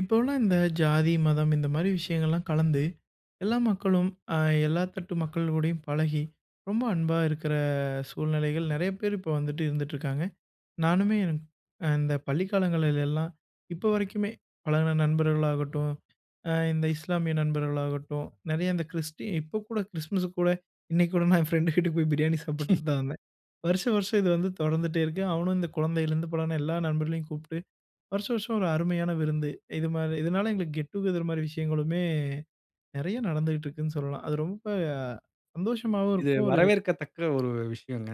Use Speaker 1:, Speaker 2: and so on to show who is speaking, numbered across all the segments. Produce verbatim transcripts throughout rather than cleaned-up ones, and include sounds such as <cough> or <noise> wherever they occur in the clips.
Speaker 1: இப்போலாம் இந்த ஜாதி, மதம் இந்த மாரி விஷயங்கள்லாம் கலந்து, எல்லா மக்களும் அ எல்லா தட்டு மக்கள் கூடயும் பழகி, ரொம்ப அன்பா இருக்கிற சூழ்நிலைகள் நெறைய பேர் இப்போ வந்துட்டு இருந்துட்டுருக்காங்க. நானுமே எனக்கு அ இந்த பள்ளி காலங்களிலெல்லாம் இப்போ வரைக்குமே பழகுன நண்பர்களாகட்டும், அ இந்த இஸ்லாமிய நண்பர்களாகட்டும், நெறைய இந்த கிறிஸ்டி இப்போ கூட கிறிஸ்மஸுக்கு கூட இன்னைக்கு கூட நான் என் ஃப்ரெண்டு வீட்டுக்கு போய் பிரியாணி சாப்பிட்டு தான் வந்தேன். வருஷம் வருஷம் இது வந்து தொடர்ந்துட்டே இருக்கு. அவனும் இந்த குழந்தையிலேருந்து பழகுன எல்லா நண்பர்களையும் கூப்பிட்டு வருஷம் வருஷம் ஒரு அருமையான விருந்து. இது மாரி இதனால எங்களுக்கு கெட் டுகெதர் மாரி விஷயங்களுமே நெறைய நடந்துகிட்டு இருக்குன்னு சொல்லலாம். அது ரொம்ப சந்தோஷமாவும்
Speaker 2: இது
Speaker 1: இருக்கும். ஒரு
Speaker 2: வரவேற்கத்தக்க ஒரு விஷயங்க.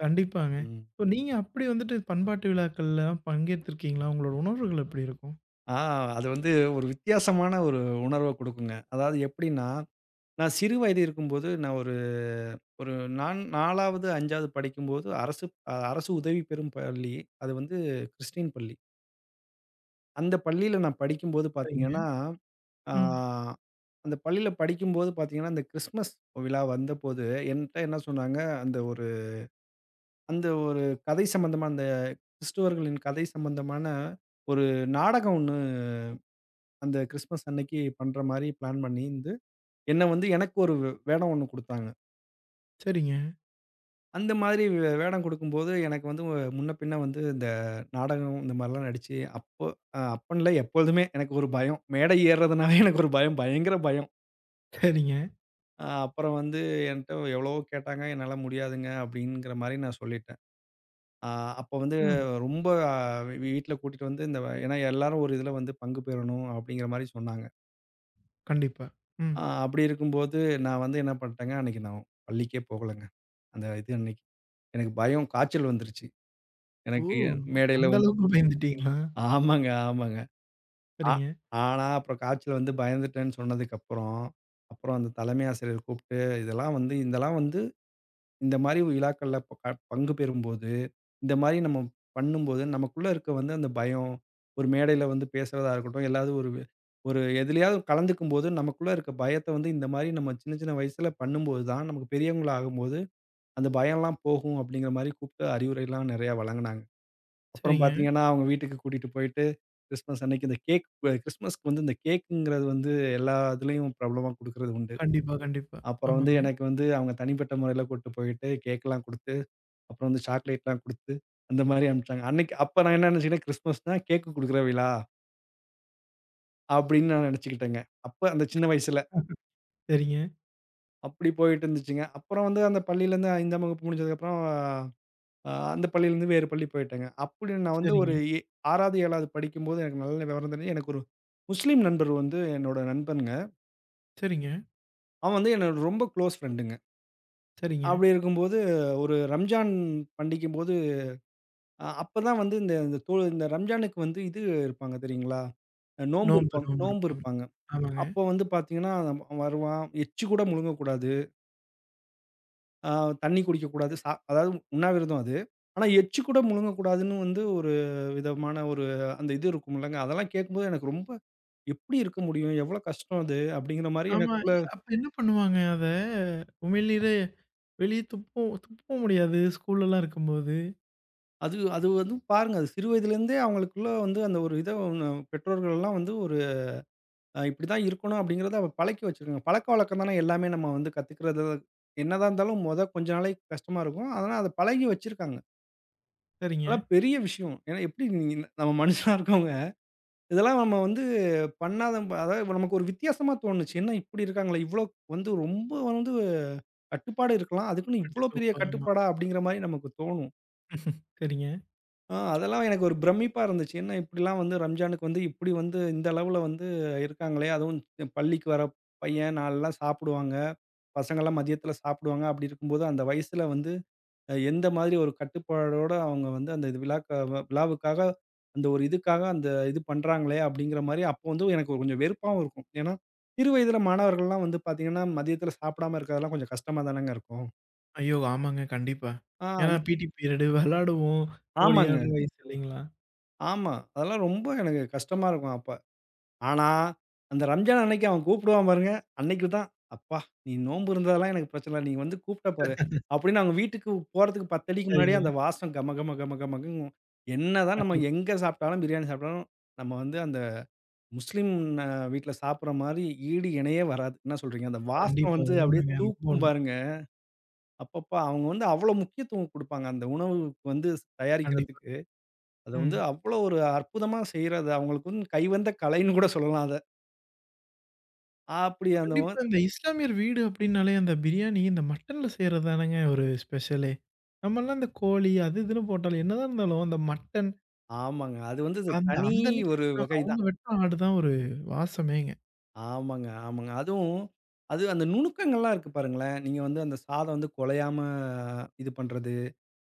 Speaker 1: கண்டிப்பாங்க.
Speaker 2: ம்.
Speaker 1: இப்போ நீங்க அப்படி வந்துட்டு பண்பாட்டு விழாக்கள்லாம் பங்கேத்திருக்கீங்களா? உங்களோட உணர்வுகள் எப்படி இருக்கும்?
Speaker 2: ஆ அது வந்து ஒரு வித்தியாசமான ஒரு உணர்வ குடுக்குங்க. அதாவது எப்படின்னா, நான் சிறு வயது இருக்கும்போது நான் ஒரு ஒரு நான் 4வது, 5வது படிக்கும்போது அரசு அ அரசு உதவி பெறும் பள்ளி. அது வந்து கிறிஸ்டின் பள்ளி. அந்த பள்ளியில நான் படிக்கும்போது பார்த்தீங்கன்னா,
Speaker 1: சரிங்க.
Speaker 2: ஆ
Speaker 1: ம்.
Speaker 2: அந்த பள்ளியில படிக்கும்போது பார்த்தீங்கன்னா, அந்த கிறிஸ்மஸ் விழா வந்தபோது என்ட்ட என்ன சொன்னாங்க, அந்த ஒரு அந்த ஒரு கதை சம்பந்தமா அந்த கிறிஸ்துவர்களின் கதை சம்பந்தமான ஒரு நாடகம் ஒண்ணு அந்த கிறிஸ்மஸ் அன்னைக்கு பண்ற மாரி பிளான் பண்ணியிருந்து, என்ன வந்து எனக்கு ஒரு வே- வேடம் ஒண்ணு குடுத்தாங்க.
Speaker 1: சரிங்க.
Speaker 2: அந்த மாதிரி வே வேடம் குடுக்கும்போது, எனக்கு வந்து ஒ- முன்ன பின்ன வந்து இந்த நாடகம் இந்த மாரிலாம் நடிச்சு, அப்போ அ அப்பன்னு இல்ல எப்பொழுதுமே எனக்கு ஒரு பயம். மேடை ஏறுறதுனாவே <laughs> எனக்கு ஒரு பயம். பயங்கர பயம்.
Speaker 1: சரிங்க.
Speaker 2: அ அப்புறம் வந்து என்ட்ட எவ்வளவோ கேட்டாங்க. என்னால முடியாதுங்க அப்படிங்கிற மாரி நான் சொல்லிட்டேன். அ அப்போ வந்து
Speaker 1: ம்.
Speaker 2: ரொம்ப வீட்ல கூட்டிட்டு வந்து இந்த ஏன்னா எல்லாரும் ஒரு இதுல வந்து பங்கு பெறணும் அப்படிங்கிற மாரி சொன்னாங்க.
Speaker 1: கண்டிப்பா. ம்.
Speaker 2: ஆ அப்படி இருக்கும்போது, நான் வந்து என்ன பண்ட்டேங்க, அன்னைக்கு நான் பள்ளிக்கே போகலங்க. அந்த இது அன்னைக்கு. எனக்கு பயம், காய்ச்சல் வந்துருச்சு.
Speaker 1: ஓ!
Speaker 2: எனக்கு மேடையில
Speaker 1: அந்த
Speaker 2: வந்து
Speaker 1: அளவுக்கு பயந்துட்டீங்களா?
Speaker 2: ஆமாங்க, ஆமாங்க. ஆ
Speaker 1: சரிங்க.
Speaker 2: ஆனா, அப்புறம் காய்ச்சல் வந்து பயந்துட்டேன்னு சொன்னதுக்கப்புறம், அப்புறம் அப்புறம் அந்த தலைமை ஆசிரியர் கூப்ட்டு, இதெல்லாம் வந்து இதெல்லாம் வந்து இந்த மாரி விழாக்கள்ல ப க பங்கு பெறும்போது, இந்த மாரி நம்ம பண்ணும்போது, நமக்குள்ள இருக்க வந்து அந்த பயம், ஒரு மேடையில வந்து பேசுறதா இருக்கட்டும், எல்லாவது ஒரு ஒரு எதுலயாவது கலந்துக்கும்போது, நமக்குள்ள இருக்க பயத்த வந்து இந்த மாரி நம்ம சின்ன சின்ன வயசுல பண்ணும்போது தான், நமக்கு பெரியவங்களா ஆகும்போது, அந்த பயம்லாம் போகும் அப்படிங்கிற மாரி கூப்ட்டு அறிவுரைலாம் நெறையா வழங்குனாங்க. அப்புறம்
Speaker 1: சரிங்க.
Speaker 2: பார்த்தீங்கன்னா, அவங்க வீட்டுக்கு கூட்டிட்டு போயிட்டு, கிறிஸ்மஸ் அன்னைக்கு இந்த கேக் அ கிறிஸ்மஸ்க்கு வந்து இந்த கேக்குங்கிறது வந்து எல்லா இதுலயும் பிரபலமா குடுக்குறது உண்டு.
Speaker 1: கண்டிப்பா, கண்டிப்பா.
Speaker 2: அப்புறம் வந்து
Speaker 1: ஆமாங்க.
Speaker 2: எனக்கு வந்து அவங்க தனிப்பட்ட முறையில கூட்டு போயிட்டு கேக்லாம் குடுத்து அப்புறம் வந்து சாக்லேட்லாம் குடுத்து, அந்த மாரி அனுப்பிச்சாங்க. அன்னைக்கு அப்ப நான் என்ன நினைச்சுக்கிட்டேன், கிறிஸ்துமஸ்னா கேக் குடுக்குற விழா அப்படின்னு நான் நினைச்சுக்கிட்டேங்க. அப்ப அந்த சின்ன வயசுல.
Speaker 1: சரிங்க.
Speaker 2: அப்படி போயிட்டு இருந்துச்சுங்க. அப்புறம் வந்து அந்த பள்ளியிலேருந்து 5ஆம் வகுப்பு முடிஞ்சதுக்கப்புறம் அ அந்த பள்ளியிலேருந்து வேறு பள்ளி போயிட்டேங்க. அப்படி நான் வந்து ஒரு
Speaker 1: சரிங்க. சரிங்க.
Speaker 2: எ 6வது, 7வது படிக்கும்போது எனக்கு நல்ல விவரம் தெரிஞ்சு, எனக்கு ஒரு முஸ்லீம் நண்பர் வந்து என்னோட நண்பன்ங்க.
Speaker 1: சரிங்க.
Speaker 2: அவன் வந்து என்னோட ரொம்ப குளோஸ் ஃப்ரெண்டுங்க.
Speaker 1: சரிங்க.
Speaker 2: அப்படி இருக்கும்போது ஒரு ரம்ஜான் பண்டிக்கும்போது அ அப்பதான் வந்து இந்த இந்த தோ இந்த ரம்ஜானுக்கு வந்து இது இருப்பாங்க தெரியுங்களா? அ நோம்பு
Speaker 1: நோன்பு
Speaker 2: இருப்பாங்க,
Speaker 1: நோன்பு
Speaker 2: நோம்பு
Speaker 1: இருப்பாங்க.
Speaker 2: இருப்பாங்க.
Speaker 1: ஆமாங்க.
Speaker 2: அப்போ வந்து பார்த்தீங்கன்னா, அவன் வருவான். எச்சு கூட முழுங்கக்கூடாது. அ தண்ணி குடிக்கக்கூடாது. சா அதாவது உண்ணாவிரதம் அது. ஆனா, எச்சு கூட முழுங்கக்கூடாதுன்னு வந்து ஒரு விதமான ஒரு அந்த இது இருக்கும்லங்க. அதெல்லாம் கேட்கும்போது எனக்கு ரொம்ப "எப்படி இருக்க முடியும்? எவ்வளோ கஷ்டம் அது?" அப்படிங்கிற மாரி
Speaker 1: ஆமா.
Speaker 2: எனக்குள்ள
Speaker 1: அப்ப என்ன பண்ணுவாங்க அத? உமிழ்நீரே வெளிய துப்பவும் துப்பவும் முடியாது. ஸ்கூல்லலாம் இருக்கும்போது.
Speaker 2: அது அது வந்து பாருங்க, அது சிறு வயதிலேருந்தே அவங்களுக்குள்ள வந்து அந்த ஒரு இத ஒண்ணு பெற்றோர்கள்லாம் வந்து ஒரு அ இப்படிதான் இருக்கணும் அப்படிங்கிறத அவ பழக்கி வச்சுருங்க. பழக்கவழக்கம் தானே எல்லாமே நம்ம வந்து கத்துக்கிறது. என்னதான் இருந்தாலும் மொத கொஞ்ச நாளைக்கு கஷ்டமா இருக்கும். அதனால அத பழகி வச்சிருக்காங்க.
Speaker 1: சரிங்க.
Speaker 2: அதெல்லாம் பெரிய விஷயம். ஏன்னா எப்படி நீங்க நம்ம மனுஷனா இருக்கவங்க, இதெல்லாம் நம்ம வந்து பண்ணாத அதாவது இப்ப நமக்கு ஒரு வித்தியாசமா தோணுச்சு. என்ன இப்படி இருக்காங்களே! இவ்வளோ வந்து ரொம்ப வந்து கட்டுப்பாடு இருக்கலாம். அதுக்குன்னு இவ்வளோ பெரிய
Speaker 1: கட்டுக்கோப்பா ஆமா.
Speaker 2: கட்டுப்பாடா அப்படிங்கிற மாரி நமக்கு தோணும்.
Speaker 1: சரிங்க.
Speaker 2: ஆ அதெல்லாம் எனக்கு ஒரு பிரமிப்பா இருந்துச்சு. என்ன இப்படிலாம் வந்து ரம்ஜானுக்கு வந்து இப்படி வந்து இந்த அளவுல வந்து இருக்காங்களே! அதுவும் பள்ளிக்கு வர பையன், நான்கு நாள் சாப்பிடுவாங்க. பசங்கலாம் மதியத்தில சாப்பிடுவாங்க. அப்படி இருக்கும்போது அந்த வயசுல வந்து அ எந்த மாதிரி ஒரு கட்டுப்பாடோட அவங்க வந்து அந்த இது விழாக்க விழாவுக்காக அந்த ஒரு இதுக்காக அந்த இது பண்றாங்களே! அப்படிங்கிற மாரி அப்போ வந்து எனக்கு கொஞ்சம் வெறுப்பாவும் இருக்கும். ஏன்னா, சிறு வயதில மாணவர்கள்லாம் வந்து பார்த்தீங்கன்னா, மதியத்தில சாப்பிடாம இருக்கிறதெல்லாம் கொஞ்சம் கஷ்டமா தானங்க இருக்கும்.
Speaker 1: ஐயோ! ஆமாங்க. கண்டிப்பா.
Speaker 2: ஆ
Speaker 1: ஏன்னா
Speaker 2: அந்த-
Speaker 1: பிடி பீரியடு விளாடுவோம். ஓடி
Speaker 2: ஆமாங்க.
Speaker 1: ஆடுற வயசு இல்லைங்களா?
Speaker 2: ஆமா. அதெல்லாம் ரொம்ப எனக்கு கஷ்டமா இருக்கும் அப்ப. ஆனா, அந்த ரம்ஜான் அன்னைக்கு அவன் கூப்பிடுவான் பாருங்க. அன்னைக்கு தான், "அப்பா நீ நோன்பு இருந்ததெல்லாம் எனக்கு பிரச்சனை இல்ல. நீ வந்து கூப்பிட்ட பாரு" அப்படின்னு அவங்க வீட்டுக்கு போறதுக்கு பத்து அடிக்கு முன்னாடியே
Speaker 1: சரிங்க.
Speaker 2: அந்த வாசம் கம கம கம கமக்கும். என்னதான் நம்ம
Speaker 1: கண்டிப்பா,
Speaker 2: எங்க சாப்பிட்டாலும், பிரியாணி சாப்பிட்டாலும், நம்ம வந்து அந்த முஸ்லீம் அ வீட்ல சாப்பிடுற மாரி ஈடு இணையே வராது. என்ன சொல்றீங்க? அந்த வாசம்
Speaker 1: கண்டிப்பா.
Speaker 2: வந்து அப்படியே
Speaker 1: உண்மைங்க. ரொம்ப
Speaker 2: தூக்கும்
Speaker 1: உண்மை.
Speaker 2: பாருங்க. அப்பப்பா அவங்க வந்து அவ்வளோ முக்கியத்துவம் குடுப்பாங்க. அந்த உணவுக்கு வந்து
Speaker 1: கண்டிப்பா.
Speaker 2: தயாரிக்கிறதுக்கு. அத வந்து
Speaker 1: ம்.
Speaker 2: அவ்வளோ ஒரு அற்புதமா செய்றது. அவங்களுக்கு வந்து கைவந்த கலைன்னு கூட சொல்லலாம் அத. அப்படி அந்த
Speaker 1: கண்டிப்பா இந்த இஸ்லாமியர் வீடு அப்டின்னாலே அந்த பிரியாணி இந்த மட்டன்ல செய்றது தானங்க ஒரு ஸ்பெஷலே. நம்மலாம் இந்த கோழி அது இதுன்னு போட்டாலும் என்னதான் இருந்தாலும் அந்த மட்டன்
Speaker 2: ஆமாங்க. அது வந்து இது
Speaker 1: அந்த
Speaker 2: தனி
Speaker 1: அந்த அன்னைக்கு
Speaker 2: ஒரு
Speaker 1: தான்
Speaker 2: வகை
Speaker 1: அவங்க
Speaker 2: தான்.
Speaker 1: வெட்டுன ஆடு தான் ஒரு வாசமேங்க.
Speaker 2: ஆமாங்க, ஆமாங்க. அதுவும் அது அந்த நுணுக்கங்கள்லாம் இருக்கு பாருங்களேன். நீங்க வந்து அந்த சாதம் வந்து குழையாம இது பண்றது.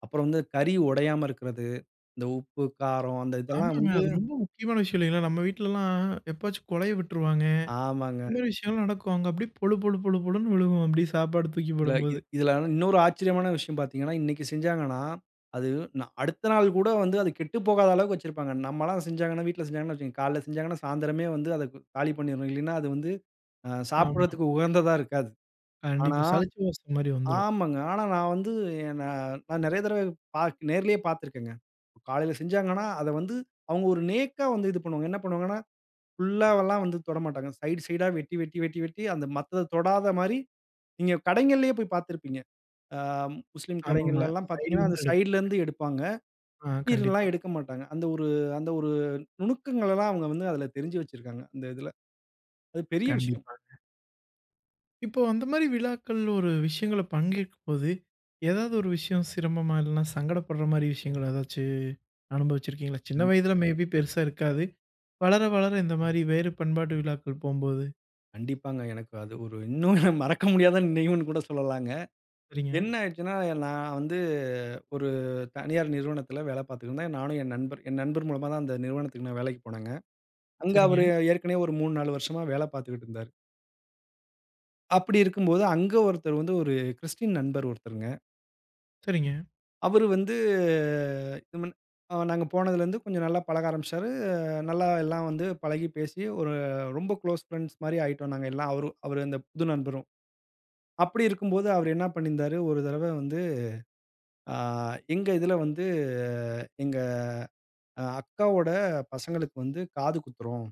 Speaker 2: அப்புறம் வந்து கறி உடையாம இருக்கிறது. இந்த உப்பு, காரம் அந்த இதெல்லாம்
Speaker 1: ஆமாங்க.
Speaker 2: வந்து
Speaker 1: அது ரொம்ப முக்கியமான விஷயம் இல்லைங்களா? நம்ம வீட்லலாம் எப்பாச்சும் கொலைய விட்டுருவாங்க. இந்த
Speaker 2: ஆமாங்க.
Speaker 1: மாரி விஷயம்லாம் நடக்கும். அங்க அப்படியே பொழு பொழு பொழு பொழுன்னு விழுகும். அப்படியே சாப்பாடு தூக்கி
Speaker 2: இதுல இ
Speaker 1: போடும்போது.
Speaker 2: இதுல இன்னொரு ஆச்சரியமான விஷயம் பார்த்தீங்கன்னா, இன்னைக்கு செஞ்சாங்கன்னா, அது ந அடுத்த நாள் கூட வந்து அது கெட்டு போகாத அளவுக்கு வச்சிருப்பாங்க. நம்மலாம் செஞ்சாங்கன்னா வீட்ல செஞ்சாங்கன்னா வச்சுக்கங்க, காலைல செஞ்சாங்கன்னா சாயந்தரமே வந்து அத கு காலி பண்ணிரணும். இல்லைன்னா அது வந்து அ
Speaker 1: ஆமா.
Speaker 2: சாப்பிடறதுக்கு உகந்ததா இருக்காது. ஆனா
Speaker 1: கண்டிப்பா. சலிச்ச வாசம் மாரி வந்துரும்.
Speaker 2: ஆமாங்க. ஆனா நான் வந்து நான் நான் நெறைய தடவ பாக் நேர்லயே பார்த்துருக்கேங்க. காலையில செஞ்சாங்கன்னா, அத வந்து அவங்க ஒரு நேக்கா வந்து இது பண்ணுவாங்க. என்ன பண்ணுவாங்கன்னா, ஃபுல்லாவெல்லாம் வந்து தொடமாட்டாங்க. சைடு சைடா வெட்டி, வெட்டி, வெட்டி, வெட்டி அந்த மத்தத தொடாத மாரி நீங்க கடைங்கள்லயே போய் பார்த்துருப்பீங்க. அ முஸ்லீம்
Speaker 1: ஆமாமா.
Speaker 2: கடைங்கள்லலாம் பார்த்தீங்கன்னா, அந்த
Speaker 1: சைடுலருந்து எடுப்போம்.
Speaker 2: சைடுலருந்து எடுப்பாங்க.
Speaker 1: ஆ கண்டிப்பா,
Speaker 2: சுத்திலாம் எடுக்க மாட்டாங்க. அந்த ஒரு அந்த ஒரு நுணுக்கங்களெல்லாம் அவங்க வந்து அதில தெரிஞ்சு வச்சிருக்காங்க, அந்த இதுல. அது பெரிய விஷயம்.
Speaker 1: கண்டிப்பா. இப்போ அந்த மாரி விழாக்கள் ஒரு விஷயங்கள்ல பங்கேற்கும்போது, ஏதாவது ஒரு விஷயம் சிரமமா இல்லன்னா சங்கடப்படுற மாரி விஷயங்கள் ஏதாச்சு அனுபவிச்சிருக்கீங்களா? சின்ன
Speaker 2: கண்
Speaker 1: வயதுல மேபி பெருசா இருக்காது. வளர, வளர இந்த மாரி வேறு பண்பாட்டு விழாக்கள் போம்போது
Speaker 2: கண்டிப்பாங்க. எனக்கு அது ஒரு இன்னும் மறக்க முடியாத நினைவுன்னு கூட சொல்லலாங்க.
Speaker 1: சரிங்க,
Speaker 2: என்ன ஆயிடுச்சுன்னா, நான் வந்து ஒரு தனியார் நிறுவனத்தில வேலை பார்த்துக்கிட்டு இருந்தேன். நானும் என் நண்பர் என் நண்பர் மூலமா தான் அந்த நிறுவனத்துக்கு நான் வேலைக்கு போனேங்க. அங்க
Speaker 1: சரிங்க,
Speaker 2: அவரு ஏற்கனவே ஒரு மூணு, நாலு வருஷமா வேலை பார்த்துக்கிட்டு இருந்தாரு. அப்படி இருக்கும்போது அங்க ஒருத்தர் வந்து ஒரு கிறிஸ்டின் நண்பர் ஒருத்தருங்க.
Speaker 1: சரிங்க,
Speaker 2: அவரு வந்து இது மன் அ நாங்க போனதுலேருந்து கொஞ்சம் நல்லா பழக ஆரம்பிச்சாரு. அஹ் நல்லா எல்லாம் வந்து பழகி பேசி ஒரு ரொம்ப க்ளோஸ் ஃப்ரெண்ட்ஸ் மாரி ஆயிட்டோம் நாங்க எல்லாம். அவரு அவரு அந்த புது நண்பரும். அப்படி இருக்கும்போது அவரு என்ன பண்ணியிருந்தாரு, ஒரு தடவ வந்து அ எங்க இதுல வந்து எங்க அ அக்காவோட பசங்களுக்கு வந்து காது குத்துறோம்.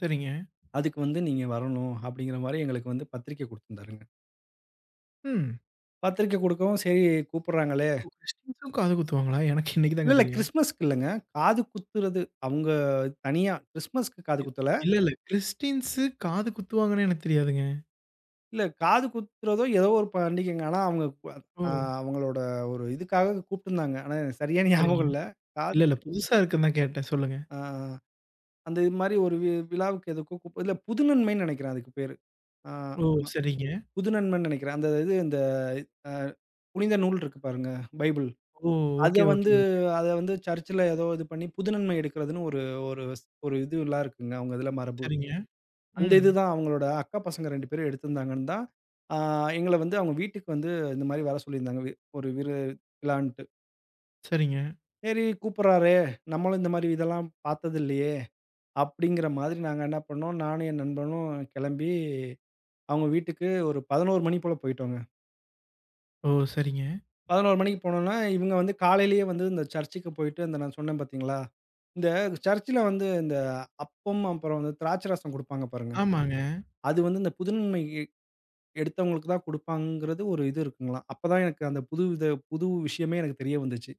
Speaker 1: சரிங்க.
Speaker 2: அதுக்கு வந்து நீங்க வரணும் அப்படிங்கிற மாரி எங்களுக்கு வந்து பத்திரிக்கை குடுத்துருந்தாருங்க.
Speaker 1: ம்.
Speaker 2: பத்திரிக்கை குடுக்கவும் சரி கூப்பிடுறாங்களே
Speaker 1: ஓ! கிறிஸ்டியன்ஸும் காது குத்துவாங்களா? எனக்கு இன்னைக்கு
Speaker 2: இல்ல,
Speaker 1: தாங்க
Speaker 2: இல்ல
Speaker 1: தெரியும்.
Speaker 2: கிறிஸ்மஸ்க்கு இல்லங்க. காது குத்துறது அவங்க தனியா கிறிஸ்மஸ்க்கு காது குத்தல.
Speaker 1: இல்ல, இல்ல. கிறிஸ்டியன்ஸு காது குத்துவாங்கன்னு எனக்கு தெரியாதுங்க.
Speaker 2: இல்ல காது குத்துறதோ ஏதோ ஒரு பண்டிகைங்க. ஆனா அவங்க
Speaker 1: ஓ!
Speaker 2: அ அவங்களோட ஒரு இதுக்காக கூப்பிட்டுருந்தாங்க. ஆனா எனக்கு சரியா ஞாபகம்
Speaker 1: சரிங்க.
Speaker 2: இல்ல. காது
Speaker 1: இல்ல, இல்ல. புதுசா இருக்குன்னு தான் கேட்டேன். சொல்லுங்க.
Speaker 2: அ அந்த இது மாரி ஒரு வி விழாவுக்கு எதுக்கோ கூப் இல்ல புது நன்மைன்னு நெனைக்கிறேன் அதுக்கு பேரு. ஆ
Speaker 1: ஓ!
Speaker 2: ஆமா.
Speaker 1: சரிங்க.
Speaker 2: புது நன்மைன்னு நெனைக்கிறேன். அந்த இது இந்த அ புனித நூல் இருக்கு பாருங்க, பைபிள்.
Speaker 1: ஓ!
Speaker 2: அத
Speaker 1: ஓகே, ஓகே,
Speaker 2: வந்து
Speaker 1: ஓகே.
Speaker 2: அத வந்து சர்ச்சில ஏதோ இது பண்ணி புதுநன்மை எடுக்கிறதுன்னு ஒரு ஒரு ஒரு இதுலாம் இருக்குங்க, அவங்க இதுல மரபு.
Speaker 1: சரிங்க.
Speaker 2: அந்த
Speaker 1: ம்.
Speaker 2: இதுதான் அவங்களோட அக்கா பசங்க ரெண்டு பேரும் எடுத்திருந்தாங்கன்னு தான், ஆ எங்கள வந்து அவங்க வீட்டுக்கு வந்து இந்த மாரி வர சொல்லியிருந்தாங்க. வி ஒரு விருவிழான்ட்டு.
Speaker 1: சரிங்க.
Speaker 2: சரி கூப்பிடுறாரே, நம்மளும் இந்த மாரி இதெல்லாம் பார்த்தது இல்லையே, அப்படிங்கிற மாதிரி நாங்க என்ன பண்ணோம், நானும் என் நண்பனும் கிளம்பி அவங்க வீட்டுக்கு ஒரு பதினொரு மணி போல போயிட்டோங்க.
Speaker 1: ஓ! சரிங்க.
Speaker 2: பதினொரு மணிக்கு போனோம்னா, இவங்க வந்து காலையிலேயே வந்து இந்த சர்ச்சுக்கு போயிட்டு, அந்த நான் சொன்னேன் பார்த்தீங்களா? இந்த சர்ச்சுல வந்து இந்த அப்பம், அப்புறம் வந்து திராட்சை ரசம் குடுப்பாங்க பாருங்க.
Speaker 1: ஆமாங்க.
Speaker 2: அது வந்து இந்த புதுமை எ எடுத்தவங்களுக்கு தான் குடுப்பாங்கங்கிறது ஒரு இது இருக்குங்களாம். அப்பதான் எனக்கு அந்த புது வித புது விஷயமே எனக்கு தெரிய வந்துச்சு.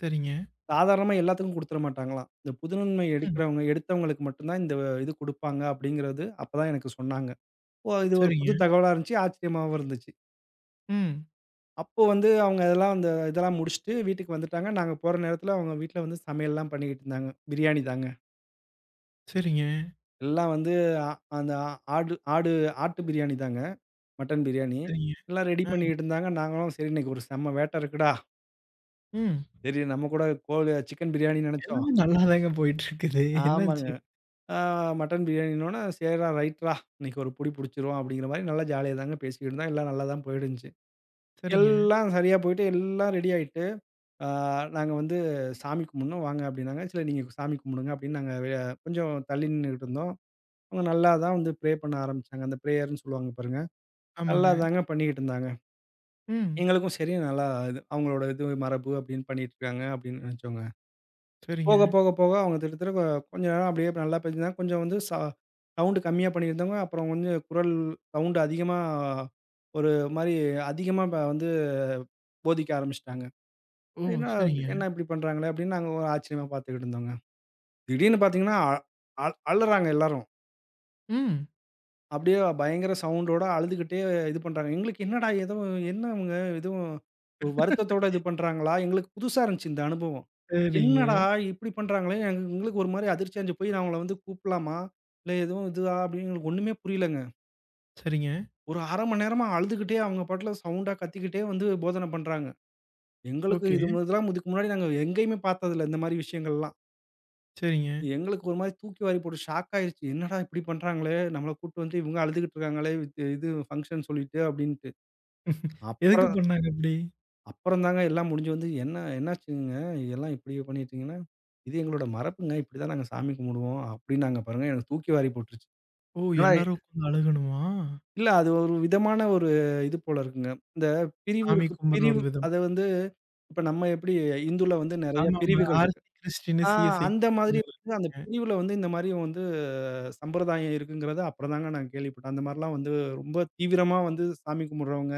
Speaker 1: சரிங்க.
Speaker 2: சாதாரணமா எல்லாத்துக்கும் குடுத்துற மாட்டாங்களாம். இந்த புதுநன்மை
Speaker 1: ம்.
Speaker 2: எடுக்கிறவங்க எடுத்தவங்களுக்கு மட்டும் தான் இந்த இது குடுப்பாங்க அப்படிங்கிறது அப்பதான் எனக்கு சொன்னாங்க. ஓ! இது ஒரு புது
Speaker 1: சரிங்க.
Speaker 2: தகவலா இருந்துச்சு. ஆச்சரியமாவும் இருந்துச்சு.
Speaker 1: ம்.
Speaker 2: அப்போ வந்து அவங்க அதெல்லாம் அந்த இதெல்லாம் முடிச்சுட்டு வீட்டுக்கு வந்துட்டாங்க. நாங்க போற நேரத்துல அவங்க வீட்ல வந்து சமையல்லாம் பண்ணிக்கிட்டு இருந்தாங்க. பிரியாணி தாங்க.
Speaker 1: சரிங்க.
Speaker 2: எல்லாம் வந்து அ அந்த ஆ- ஆடு ஆடு ஆட்டு பிரியாணி தாங்க. மட்டன் பிரியாணி.
Speaker 1: சரிங்க.
Speaker 2: எல்லாம் ரெடி
Speaker 1: ஆ.
Speaker 2: பண்ணிக்கிட்டு இருந்தாங்க. நாங்களும் சரி இன்னைக்கு ஒரு செம்ம வேட்ட இருக்குடா.
Speaker 1: ம்.
Speaker 2: சரி நம்ம கூட கோழி சிக்கன் பிரியாணின்னு நெனச்சோம்.
Speaker 1: எல்லாமே நல்லா தாங்க போயிட்டுருக்குது.
Speaker 2: ஆமாங்க.
Speaker 1: என்னாச்சு?
Speaker 2: ஆ மட்டன் பிரியாணின்னோனே சரிடா ரைட்றா இன்னைக்கு ஒரு புடி புடிச்சிருவோம் அப்படிங்கிற மாரி நல்லா ஜாலியா தாங்க பேசிக்கிட்டு இருந்தோம். எல்லாம் நல்லா தான் போயிடுச்சு.
Speaker 1: சரிங்க.
Speaker 2: எல்லாம் சரியா போயிட்டு எல்லாம் ரெடி ஆயிட்டு ஆ நாங்க வந்து சாமி கும்பிடணும் வாங்க அப்படின்னாங்க. சரி நீங்க சாமி கும்பிடுங்க அப்படின்னு நாங்க வெ கொஞ்சம் தள்ளி நின்னுகிட்டு இருந்தோம். அவங்க நல்லா தான் வந்து ப்ரே பண்ண ஆரம்பிச்சாங்க. அந்த ப்ரேயர்ன்னு சொல்லுவாங்க பாருங்க. நல்லா
Speaker 1: ஆமாங்க.
Speaker 2: தாங்க பண்ணிக்கிட்டு இருந்தாங்க.
Speaker 1: ம்.
Speaker 2: எங்களுக்கும் சரி நல்லா இது அவங்களோட இது மரபு அப்படின்னு பண்ணிட்டு இருக்காங்க அப்படின்னு நினைச்சோங்க.
Speaker 1: சரிங்க.
Speaker 2: போக போக போக அவங்க திடீர் கொ கொஞ்ச நேரம் அப்படியே நல்லா பேசினாங்க. கொஞ்சம் வந்து ச சவுண்ட் கம்மியா பண்ணியிருந்தவங்க, அப்புறம் கொஞ்சம் குரல் சவுண்ட் அதிகமா ஒரு மாரி அதிகமா ப வந்து போதிக்க ஆரம்பிச்சுட்டாங்க.
Speaker 1: ஓ!
Speaker 2: என்ன
Speaker 1: சரிங்க.
Speaker 2: என்ன இப்படி பண்றாங்களே அப்படின்னு நாங்க ஒரு ஆச்சரியமா பார்த்துக்கிட்டு இருந்தோங்க. திடீர்னு பார்த்தீங்கன்னா, அ அழ் அழுறாங்க எல்லாரும்.
Speaker 1: ம்.
Speaker 2: அப்படியே பயங்கர சவுண்டோட அழுதுகிட்டே இது பண்றாங்க. எங்களுக்கு என்னடா ஏதோ என்ன இவங்க எதுவும் ஒரு வருத்தத்தோட இது பண்றாங்களா? எங்களுக்கு புதுசா இருந்துச்சு இந்த அனுபவம்.
Speaker 1: சரிங்க,
Speaker 2: என்னடா இப்படி பண்றாங்களே! எங் எங்களுக்கு ஒரு மாரி அதிர்ச்சி அடைஞ்சு போய் நான் அவங்கள வந்து கூப்பிடலாமா? இல்ல எதுவும் இதுவா? அப்படின்னு எங்களுக்கு ஒண்ணுமே புரியலங்க.
Speaker 1: சரிங்க.
Speaker 2: ஒரு அரை மணி நேரமா அழுதுகிட்டே அவங்க பாட்டுல சவுண்டா கத்திக்கிட்டே வந்து போதன பண்றாங்க. எங்களுக்கு
Speaker 1: ஓகே.
Speaker 2: இது இதெல்லாம் இதுக்கு முன்னாடி நாங்க எங்கேயுமே பார்த்ததில்ல இந்த மாரி விஷயங்கள்லாம்.
Speaker 1: சரிங்க.
Speaker 2: எங்களுக்கு ஒரு மாரி தூக்கி வாரி போட்டு ஷாக் ஆயிருச்சு. என்னடா இப்படி பண்றாங்களே! நம்மள கூட்டு வந்து இவங்க அழுதுகிட்டு இருக்காங்களே! இது இது ஃபங்ஷன் சொல்லிட்டு அப்படின்ட்டு.
Speaker 1: எதுக்கு
Speaker 2: அப்புறம்
Speaker 1: பண்ணாங்க அப்படி?
Speaker 2: அப்புறம் தாங்க எல்லாம் முடிஞ்சு வந்து என்ன என்னாச்சுங்க எல்லாம் இப்படி பண்ணிட்டீங்கன்னா, இது எங்களோட மரபுங்க. இப்படிதான் நாங்க சாமி கும்பிடுவோம். அப்படின்னாங்க பாருங்க. எனக்கு தூக்கி வாரி போட்டுருச்சு.
Speaker 1: ஓ!
Speaker 2: ஆனா
Speaker 1: எல்லாரும் உட்காந்து அழுகணுமா?
Speaker 2: இல்ல அது ஒரு விதமான ஒரு இது போல இருக்குங்க. இந்த பிரிவு
Speaker 1: சாமி
Speaker 2: இருக்கு.
Speaker 1: கும்பிடுற
Speaker 2: பிரிவு
Speaker 1: ஒரு விதம்.
Speaker 2: அத வந்து இப்ப நம்ம எப்படி இந்துல வந்து நெறைய
Speaker 1: ஆமாமா.
Speaker 2: பிரிவுகள்
Speaker 1: ஆர்சி
Speaker 2: இருக்கு.
Speaker 1: கிறிஸ்டினு,
Speaker 2: ஆ
Speaker 1: சிஎஸ்ஐ
Speaker 2: அந்த மாதிரி
Speaker 1: கிறிஸ்டின்னு
Speaker 2: வந்து அந்த
Speaker 1: இருப்பாங்க.
Speaker 2: பிரிவுல வந்து இந்த மாரி வந்து சம்பிரதாயம் இருக்குங்கிறத அப்புறம் தாங்க நான் கேள்விப்பட்டேன். அந்த மாரிலாம் வந்து ரொம்ப தீவிரமா வந்து சாமி கும்பிடுறவங்க,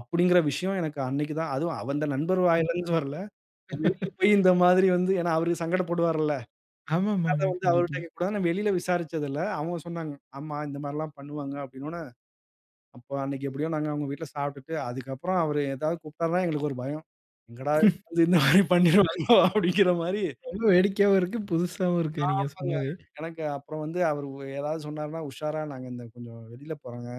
Speaker 2: அப்படிங்கிற விஷயம் எனக்கு அன்னைக்கு தான் அதுவும் அவந்த நண்பர் வாயிலருந்து வரல. நான் வெளியில போய் இந்த மாதிரி வந்து ஏன்னா அவரு சங்கடப்படுவார்ல. அத
Speaker 1: ஆமாமாங்க.
Speaker 2: வந்து அவர்ட்ட
Speaker 1: கண்டிப்பா.
Speaker 2: கேட்கக்கூடாதுன்னு நான் வெளியில விசாரிச்சதுல, அவங்க சொன்னாங்க. ஆமா இந்த மாரிலாம் பண்ணுவாங்க அப்படின்னோன, அப்போ அன்னைக்கு எப்படியோ நாங்க அவங்க வீட்ல சாப்பிட்டுட்டு, அதுக்கப்புறம் அவரு ஏதாவது கூப்பிட்டாருன்னா எங்களுக்கு ஒரு பயம். எங்கடா வந்து இந்த மாரி பண்ணிருவாங்களோ அப்படிங்கிற மாரி.
Speaker 1: ரொம்ப வேடிக்கையாவும் இருக்கு, புதுசாவும் இருக்கு நீங்க
Speaker 2: ஆமாங்க.
Speaker 1: சொன்னது.
Speaker 2: எனக்கு அப்புறம் வந்து அவரு ஏதாவது சொன்னாருன்னா, உஷாரா நாங்க இந்த கொஞ்சம் வெளியில போறோங்க.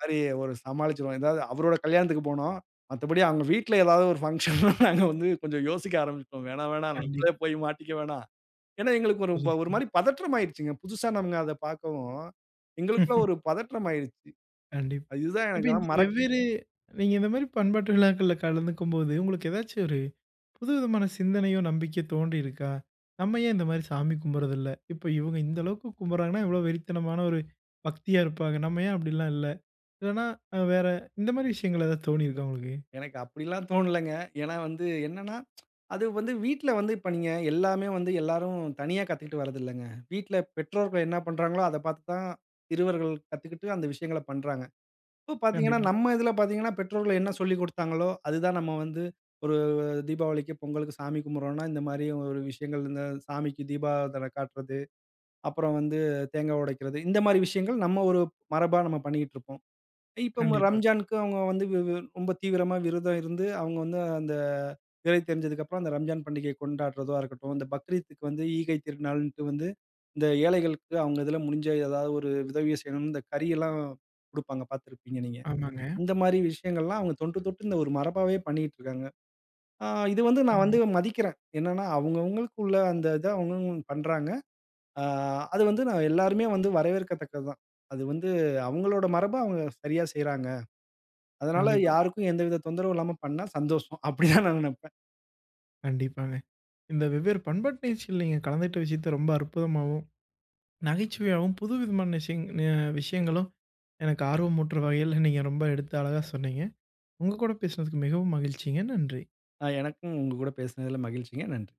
Speaker 2: மாரி ஒரு சமாளிச்சுருவோம். ஏதாவது அவரோட கல்யாணத்துக்கு போனோம். மத்தபடி அவங்க வீட்ல ஏதாவது ஒரு ஃபங்ஷன்னா <laughs> நாங்க வந்து கொஞ்சம் யோசிக்க ஆரம்பிச்சுட்டோம். வேணாம், வேணாம் நம்மளே
Speaker 1: கண்டிப்பா.
Speaker 2: போய் மாட்டிக்க வேணாம். ஏன்னா எங்களுக்கு ஒரு
Speaker 1: சரி,
Speaker 2: ப ஒரு மாரி பதற்றம் ஆயிருச்சுங்க. புதுசா நம்ம அத பார்க்கவும், எங்களுக்குள்ள
Speaker 1: சரி.
Speaker 2: ஒரு பதற்றம் ஆயிருச்சு.
Speaker 1: கண்டிப்
Speaker 2: இதுதான்
Speaker 1: இப்ப
Speaker 2: எனக்கு ஆனா
Speaker 1: இந்த
Speaker 2: மறக்
Speaker 1: வெவ்வேறு நீங்க இந்த மாரி பண்பாட்டு விழாக்கள்ல கலந்துக்கும்போது, உங்களுக்கு ஏதாச்சும் ஒரு புதுவிதமான சிந்தனையோ, நம்பிக்கையோ தோன்றியிருக்கா? நம்ம ஏன் இந்த மாரி சாமி கும்பிடுறதில்ல? இப்ப இவங்க இந்த அளவுக்கு கும்பிடுறாங்கன்னா, எவ்வளோ வெறித்தனமான ஒரு பக்தியா இருப்பாங்க. நம்ம ஏன் அப்படிலாம் இல்ல? இல்லன்னா அ வேற இந்த மாரி விஷயங்கள் ஏதாவது தோணியிருக்கா உங்களுக்கு?
Speaker 2: எனக்கு அப்படிலாம் தோணலங்க. ஏன்னா வந்து என்னன்னா, அது வந்து வீட்ல வந்து இப்ப நீங்க எல்லாமே வந்து எல்லாரும் தனியா கத்துக்கிட்டு வரதில்லங்க. வீட்ல பெற்றோர்கள் என்ன பண்றாங்களோ, அத பார்த்து தான் சிறுவர்கள் கத்துக்கிட்டு அந்த விஷயங்கள பண்றாங்க. இப்போ பார்த்தீங்கன்னா,
Speaker 1: கண்டிப்பா,
Speaker 2: நம்ம இதில பார்த்தீங்கன்னா, பெற்றோர்கள் என்ன சொல்லிக் குடுத்தாங்களோ, அதுதான் நம்ம வந்து ஒரு தீபாவளிக்கு, பொங்கலுக்கு சாமி கும்பிடுறோம்னா, இந்த மாரி ஒரு விஷயங்கள் இந்த சாமிக்கு தீபாராதனை காட்டுறது, அப்புறம் வந்து தேங்காய் உடைக்கிறது, இந்த மாரி விஷயங்கள் நம்ம ஒரு மரபா நம்ம பண்ணிக்கிட்டு இருப்போம். இப்போ ம
Speaker 1: கண்டிப்பா.
Speaker 2: ரம்ஜானுக்கு அவங்க வந்து வி வி ரொம்ப தீவிரமா விரதம் இருந்து, அவங்க வந்து அந்த விரை தெரிஞ்சதுக்கப்புறம் அந்த ரம்ஜான் பண்டிகையை கொண்டாடுறதா இருக்கட்டும், இந்த பக்ரீத்துக்கு வந்து ஈகை திருநாள்ன்ட்டு வந்து இந்த ஏழைகளுக்கு அவங்க இதில முடிஞ்ச ஏதாவது ஒரு உதவிய செய்யணும்னு இந்த கறியெல்லாம் குடுப்பாங்க பார்த்துருப்பீங்க நீங்க.
Speaker 1: ஆமாங்க.
Speaker 2: அந்த மாரி விஷயங்கள்லாம் அவங்க தொன்று தொட்டு இந்த ஒரு மரபாவே பண்ணிட்டு இருக்காங்க. ஆ இது வந்து நான் வந்து
Speaker 1: ம்.
Speaker 2: மதிக்கிறேன். என்னன்னா, அவங்கவங்களுக்கு உள்ள அந்த இத அவங்கவங்க பண்றாங்க. ஆ அது வந்து நான் எல்லாருமே வந்து வரவேற்கத்தக்கது தான். அது வந்து அவங்களோட மரப அவங்க சரியா செய்றாங்க. அதனால
Speaker 1: கண்டிப்பா,
Speaker 2: யாருக்கும் எந்தவித தொந்தரவும் இல்லாம பண்ணா சந்தோஷம். அப்டிதான் நான் நெனப்பேன்.
Speaker 1: கண்டிப்பாங்க. இந்த வெவ்வேறு பண்பாட்டு நிகழ்ச்சியில் நீங்க கலந்துகிட்ட விஷயத்த ரொம்ப அற்புதமாவும், நகைச்சுவையாவும் புதுவிதமான விஷயங் அ விஷயங்களும் எனக்கு ஆர்வமூட்டுற வகையில நீங்க ரொம்ப எடுத்து அழகா சொன்னீங்க. உங்க கூட பேசினதுக்கு மிகவும் மகிழ்ச்சிங்க. நன்றி.
Speaker 2: அ எனக்கும் உங்க கூட பேசினதுல மகிழ்ச்சிங்க. நன்றி.